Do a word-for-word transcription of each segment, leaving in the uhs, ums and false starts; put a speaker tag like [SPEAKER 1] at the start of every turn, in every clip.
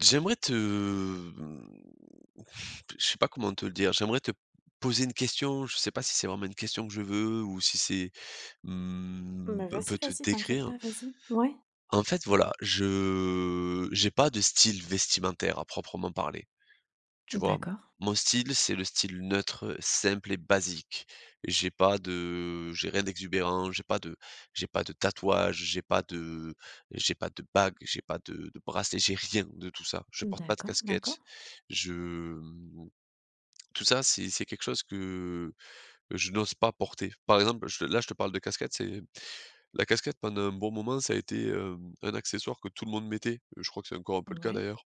[SPEAKER 1] J'aimerais te je sais pas comment te le dire. J'aimerais te poser une question. Je sais pas si c'est vraiment une question que je veux ou si c'est, mmh,
[SPEAKER 2] Bah,
[SPEAKER 1] un
[SPEAKER 2] vas-y,
[SPEAKER 1] peu te
[SPEAKER 2] vas-y, t'inquiète
[SPEAKER 1] décrire.
[SPEAKER 2] pas, vas-y. Ouais.
[SPEAKER 1] En fait, voilà, je j'ai pas de style vestimentaire à proprement parler. Tu vois?
[SPEAKER 2] D'accord,
[SPEAKER 1] Mon style, c'est le style neutre, simple et basique. J'ai pas de j'ai rien d'exubérant, j'ai pas de j'ai pas de tatouage, j'ai pas de j'ai pas de bague, j'ai pas de de bracelet, j'ai rien de tout ça. Je porte pas de
[SPEAKER 2] d'accord,
[SPEAKER 1] casquette.
[SPEAKER 2] d'accord.
[SPEAKER 1] Je, mmh, tout ça, c'est c'est quelque chose que je n'ose pas porter. Par exemple, je là, je te parle de casquette, c'est la casquette pendant un bon moment, ça a été, hem, un accessoire que tout le monde mettait. Je crois que c'est encore un peu le cas
[SPEAKER 2] Ouais,
[SPEAKER 1] d'ailleurs.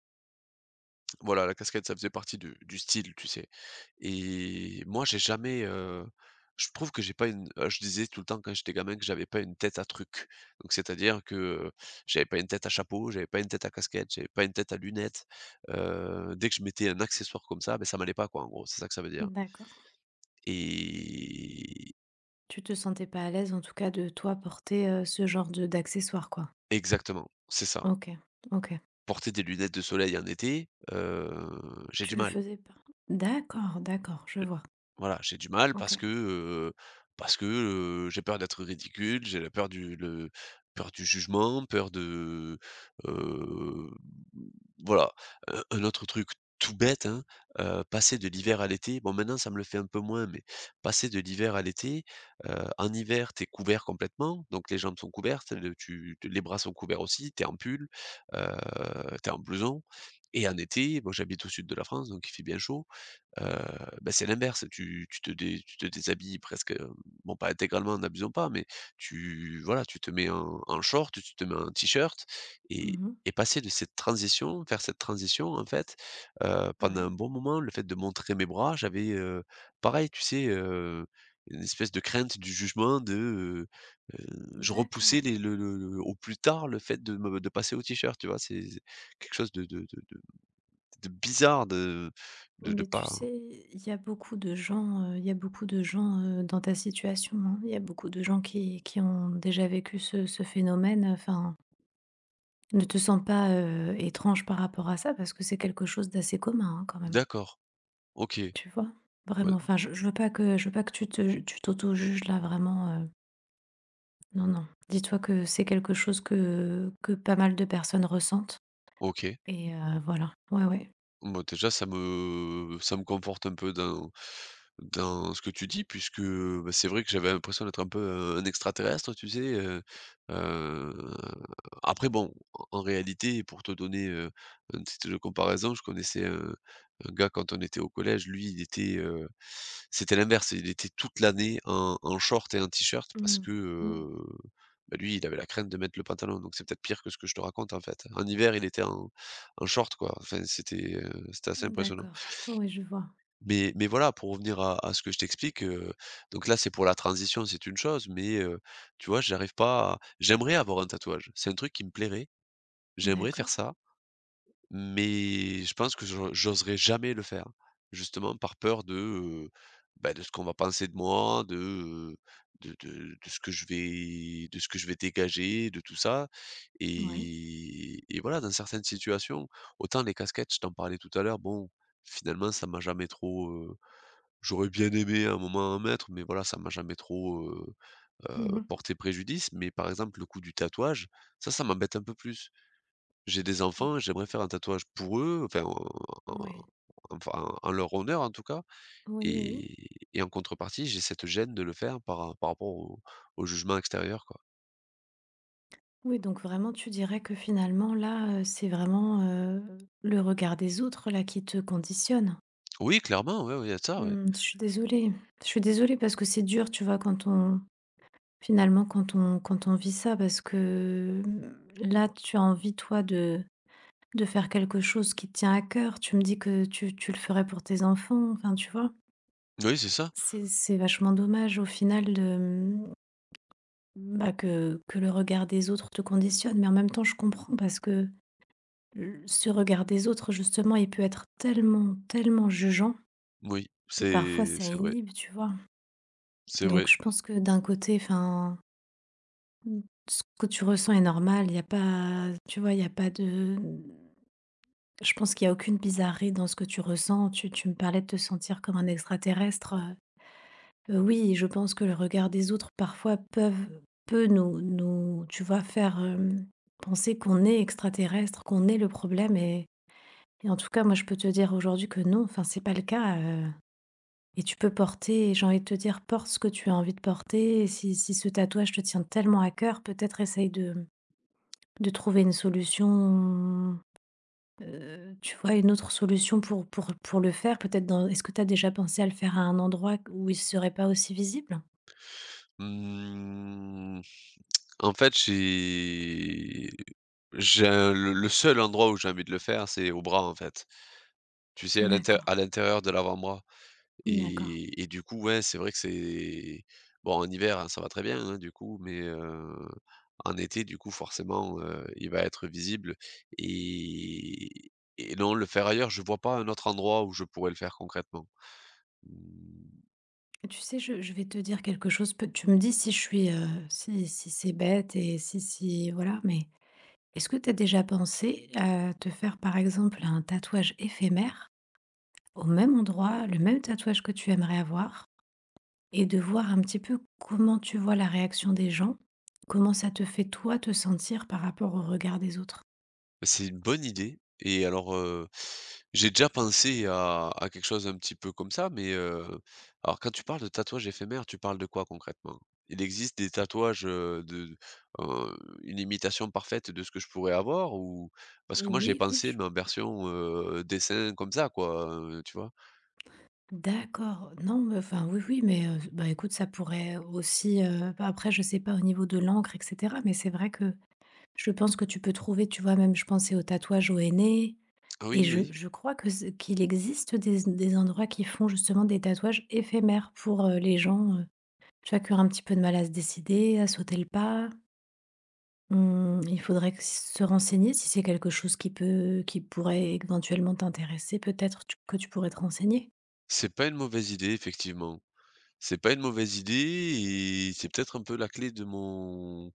[SPEAKER 1] Voilà, la cascade, ça faisait partie du du style, tu sais? Et moi, j'ai jamais, heu, je trouve que j'ai pas une heu, je disais tout le temps quand j'étais gamin que j'avais pas une tête à truc. Donc c'est-à-dire que, heu, j'avais pas une tête à chapeau, j'avais pas une tête à casquette, j'avais pas une tête à lunettes. Heu, dès que je mettais un accessoire comme ça, ben ça m'allait pas quoi, en gros, c'est ça que ça veut dire.
[SPEAKER 2] d'accord.
[SPEAKER 1] Et
[SPEAKER 2] Tu te sentais pas à l'aise, en tout cas, de toi porter, heu, ce genre de d'accessoires, quoi?
[SPEAKER 1] Exactement, c'est ça.
[SPEAKER 2] OK, OK.
[SPEAKER 1] Porter des lunettes de soleil en été, heu, j'ai
[SPEAKER 2] Tu
[SPEAKER 1] du
[SPEAKER 2] le
[SPEAKER 1] mal.
[SPEAKER 2] faisais pas? D'accord, d'accord, je vois.
[SPEAKER 1] Voilà, j'ai du mal parce
[SPEAKER 2] OK.
[SPEAKER 1] que, heu, parce que, heu, j'ai peur d'être ridicule, j'ai la peur du le peur du jugement, peur de, heu, voilà. Un un autre truc tout bête, hein, heu, passer de l'hiver à l'été, bon maintenant ça me le fait un peu moins, mais passer de l'hiver à l'été, heu, en hiver, t'es couvert complètement, donc les jambes sont couvertes, le tu les bras sont couverts aussi, t'es en pull, heu, tu en blouson et en été, bon j'habite au sud de la France, donc il fait bien chaud. Heu, bah, c'est l'inverse, tu tu te dé tu te déshabilles presque, heu, bon, pas intégralement, n'abusons pas, mais tu voilà, tu te mets un un short, tu te mets un t-shirt. Et
[SPEAKER 2] Mmh.
[SPEAKER 1] et passer de cette transition Faire cette transition, en fait, heu, pendant
[SPEAKER 2] Ouais,
[SPEAKER 1] un bon moment, le fait de montrer mes bras, j'avais, heu, pareil, tu sais, heu, une espèce de crainte du jugement de, heu heu, Je repoussais
[SPEAKER 2] d'accord.
[SPEAKER 1] les le le le au plus tard le fait de me de passer au t-shirt, tu vois? C'est c'est quelque chose de de de de de bizarre de de de
[SPEAKER 2] Mais tu
[SPEAKER 1] pas.
[SPEAKER 2] sais, il y a beaucoup de gens, heu, il y a beaucoup de gens, heu, dans ta situation, hein. Il y a beaucoup de gens qui qui ont déjà vécu ce ce phénomène, enfin ne te sens pas, heu, étrange par rapport à ça parce que c'est quelque chose d'assez commun, hein, quand même,
[SPEAKER 1] D'accord, OK,
[SPEAKER 2] tu vois?
[SPEAKER 1] bah,
[SPEAKER 2] Vraiment, enfin, je je veux pas que je veux pas que tu te tu t'auto-juges là vraiment, heu, non, non. Dis-toi que c'est quelque chose que que pas mal de personnes ressentent
[SPEAKER 1] OK.
[SPEAKER 2] et heu, voilà. Ouais, ouais.
[SPEAKER 1] Moi déjà, ça me ça me conforte un peu dans dans ce que tu dis puisque, bah, c'est vrai que j'avais l'impression d'être un peu, heu, un extraterrestre, tu sais? Heu heu, après bon, en en réalité, pour te donner, heu, un titre de comparaison, je connaissais un un gars quand on était au collège, lui, il était, heu, c'était l'inverse, il était toute l'année en en short et en t-shirt parce
[SPEAKER 2] Mmh,
[SPEAKER 1] que,
[SPEAKER 2] mmh.
[SPEAKER 1] heu, bah, lui, il avait la crainte de mettre le pantalon, donc c'est peut-être pire que ce que je te raconte, en fait. En hiver, il était en en short quoi. Enfin c'était, heu, c'était assez impressionnant.
[SPEAKER 2] D'accord. Oui je vois.
[SPEAKER 1] Mais mais voilà, pour revenir à à ce que je t'explique, heu, donc là, c'est pour la transition, c'est une chose, mais heu, tu vois, j'arrive pas à j'aimerais avoir un tatouage. C'est un truc qui me plairait. J'aimerais faire
[SPEAKER 2] D'accord.
[SPEAKER 1] ça, mais je pense que j'o j'oserais jamais le faire, justement par peur de, heu, bah, de ce qu'on va penser de moi, de, heu, de de de ce que je vais de ce que je vais dégager, de tout ça.
[SPEAKER 2] Oui.
[SPEAKER 1] et et voilà, dans certaines situations, autant les casquettes, je t'en parlais tout à l'heure, bon, finalement, ça m'a jamais trop, heu j'aurais bien aimé à un moment en mettre, mais voilà, ça m'a jamais trop, heu heu,
[SPEAKER 2] Mmh.
[SPEAKER 1] porté préjudice. Mais par exemple, le coup du tatouage, ça, ça m'embête un peu plus. J'ai des
[SPEAKER 2] Mais
[SPEAKER 1] enfants, j'aimerais faire un tatouage pour eux, enfin, en en
[SPEAKER 2] ouais.
[SPEAKER 1] enfin, en leur honneur, en tout cas.
[SPEAKER 2] Oui, oui, oui.
[SPEAKER 1] et et en contrepartie, j'ai cette gêne de le faire par par rapport au au jugement extérieur, quoi.
[SPEAKER 2] Oui, donc vraiment tu dirais que finalement là, heu, c'est vraiment, heu, le regard des autres là qui te conditionne?
[SPEAKER 1] Oui, clairement, ouais, ouais, il y a de ça, ouais.
[SPEAKER 2] Mmh, je suis désolée. Je suis désolée parce que c'est dur, tu vois, quand on finalement, quand on quand on vit ça parce que, mmh, là, tu as envie, toi, de de faire quelque chose qui te tient à cœur. Tu me dis que tu tu le ferais pour tes enfants, enfin, tu vois?
[SPEAKER 1] Oui, c'est ça.
[SPEAKER 2] C'est c'est vachement dommage au final de, mmh, bah, que que le regard des autres te conditionne, mais en même temps, je comprends parce que l ce regard des autres, justement, il peut être tellement, tellement jugeant
[SPEAKER 1] Oui,
[SPEAKER 2] que parfois
[SPEAKER 1] c'est
[SPEAKER 2] ça
[SPEAKER 1] c'est vrai,
[SPEAKER 2] inhibe, tu vois?
[SPEAKER 1] c'est
[SPEAKER 2] Donc
[SPEAKER 1] vrai.
[SPEAKER 2] je pense que d'un côté, enfin mmh. Ce que tu ressens est normal, il y a pas tu vois, il y a pas de je pense qu'il y a aucune bizarrerie dans ce que tu ressens. Tu tu me parlais de te sentir comme un extraterrestre, heu, oui, je pense que le regard des autres parfois peuvent peut nous nous, tu vois, faire, hem, penser qu'on est extraterrestre, qu'on est le problème et et en tout cas, moi, je peux te dire aujourd'hui que non, enfin, c'est pas le cas, heu et tu peux porter j'ai envie de te dire, porte ce que tu as envie de porter et si si ce tatouage te tient tellement à cœur, peut-être essaye de De trouver une solution, heu, tu vois, une autre solution pour pour pour le faire peut-être dans est-ce que tu as déjà pensé à le faire à un endroit où il serait pas aussi visible?
[SPEAKER 1] Mmh, en fait, j'ai j'ai un le le seul endroit où j'ai envie de le faire, c'est au bras, en fait. Tu sais, à l'inté
[SPEAKER 2] D'accord,
[SPEAKER 1] à l'intérieur de l'avant-bras.
[SPEAKER 2] d'accord.
[SPEAKER 1] Et et du coup, ouais, c'est vrai que c'est bon, en hiver, hein, ça va très bien, hein, du coup, mais heu, en été, du coup, forcément, heu, il va être visible. et et non, le faire ailleurs, je vois pas un autre endroit où je pourrais le faire concrètement. Mmh.
[SPEAKER 2] Tu sais, je je vais te dire quelque chose, peut tu me dis si je suis, heu, si si c'est bête et si si voilà, mais est-ce que tu as déjà pensé à te faire, par exemple, un tatouage éphémère au même endroit, le même tatouage que tu aimerais avoir et de voir un petit peu comment tu vois la réaction des gens, comment ça te fait toi te sentir par rapport au regard des autres?
[SPEAKER 1] Bah, c'est une bonne idée. Et alors, heu, j'ai déjà pensé à à quelque chose un petit peu comme ça, mais, heu, alors quand tu parles de tatouage éphémère, tu parles de quoi concrètement? Il existe des tatouages, heu, de heu, une imitation parfaite de ce que je pourrais avoir, ou parce que moi j'ai
[SPEAKER 2] Oui, oui,
[SPEAKER 1] pensé
[SPEAKER 2] je
[SPEAKER 1] mais en version, heu, dessin comme ça quoi, heu, tu vois?
[SPEAKER 2] d'accord, non, mais enfin, oui, oui, mais heu, bah, écoute, ça pourrait aussi, heu, bah, après, je sais pas au niveau de l'encre et cetera, mais c'est vrai que je pense que tu peux trouver, tu vois, même je pensais aux tatouages au henné
[SPEAKER 1] Ah
[SPEAKER 2] et
[SPEAKER 1] oui,
[SPEAKER 2] je
[SPEAKER 1] oui,
[SPEAKER 2] je crois que z qu'il existe des des endroits qui font justement des tatouages éphémères pour, heu, les gens, heu, tu vois, qui ont un petit peu de mal à se décider, à sauter le pas. Mmh, il faudrait que se renseigner si c'est quelque chose qui peut qui pourrait éventuellement t'intéresser, peut-être tu que tu pourrais te renseigner?
[SPEAKER 1] c'est pas une mauvaise idée effectivement. C'est pas une mauvaise idée et c'est peut-être un peu la clé de mon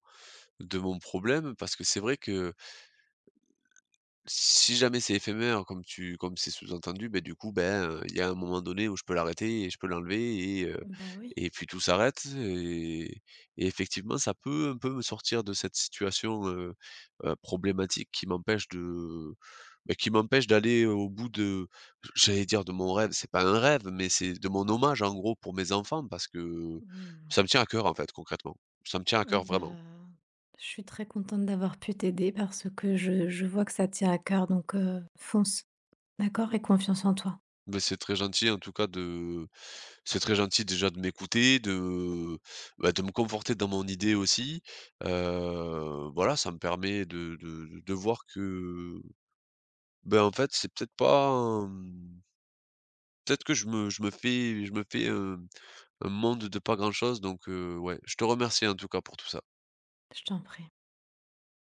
[SPEAKER 1] de mon problème parce que c'est vrai que si jamais c'est éphémère, comme tu comme c'est sous-entendu, beh, du coup, ben, heu, il y a un moment donné où je peux l'arrêter et je peux l'enlever et heu
[SPEAKER 2] Bah, oui.
[SPEAKER 1] et puis tout s'arrête. et et effectivement, ça peut un peu me sortir de cette situation, heu heu, problématique qui m'empêche de bah, qui m'empêche d'aller au bout de j'allais dire de mon rêve, c'est pas un rêve, mais c'est de mon hommage, en gros, pour mes enfants parce que
[SPEAKER 2] Mmh.
[SPEAKER 1] ça me tient à cœur, en fait, concrètement. Ça me tient à
[SPEAKER 2] Et
[SPEAKER 1] cœur vraiment.
[SPEAKER 2] ben, je suis très contente d'avoir pu t'aider parce que je je vois que ça te tient à cœur donc, heu, fonce, d'accord? Et confiance en toi.
[SPEAKER 1] Mais c'est très gentil, en tout cas, de c'est très gentil déjà de m'écouter, de, bah, de me conforter dans mon idée aussi. Heu, voilà, ça me permet de de de voir que, ben, en fait, c'est peut-être pas, hem, peut-être que je me je me fais je me fais un un monde de pas grand-chose, donc heu, ouais, je te remercie en tout cas pour tout ça.
[SPEAKER 2] Je t'en prie.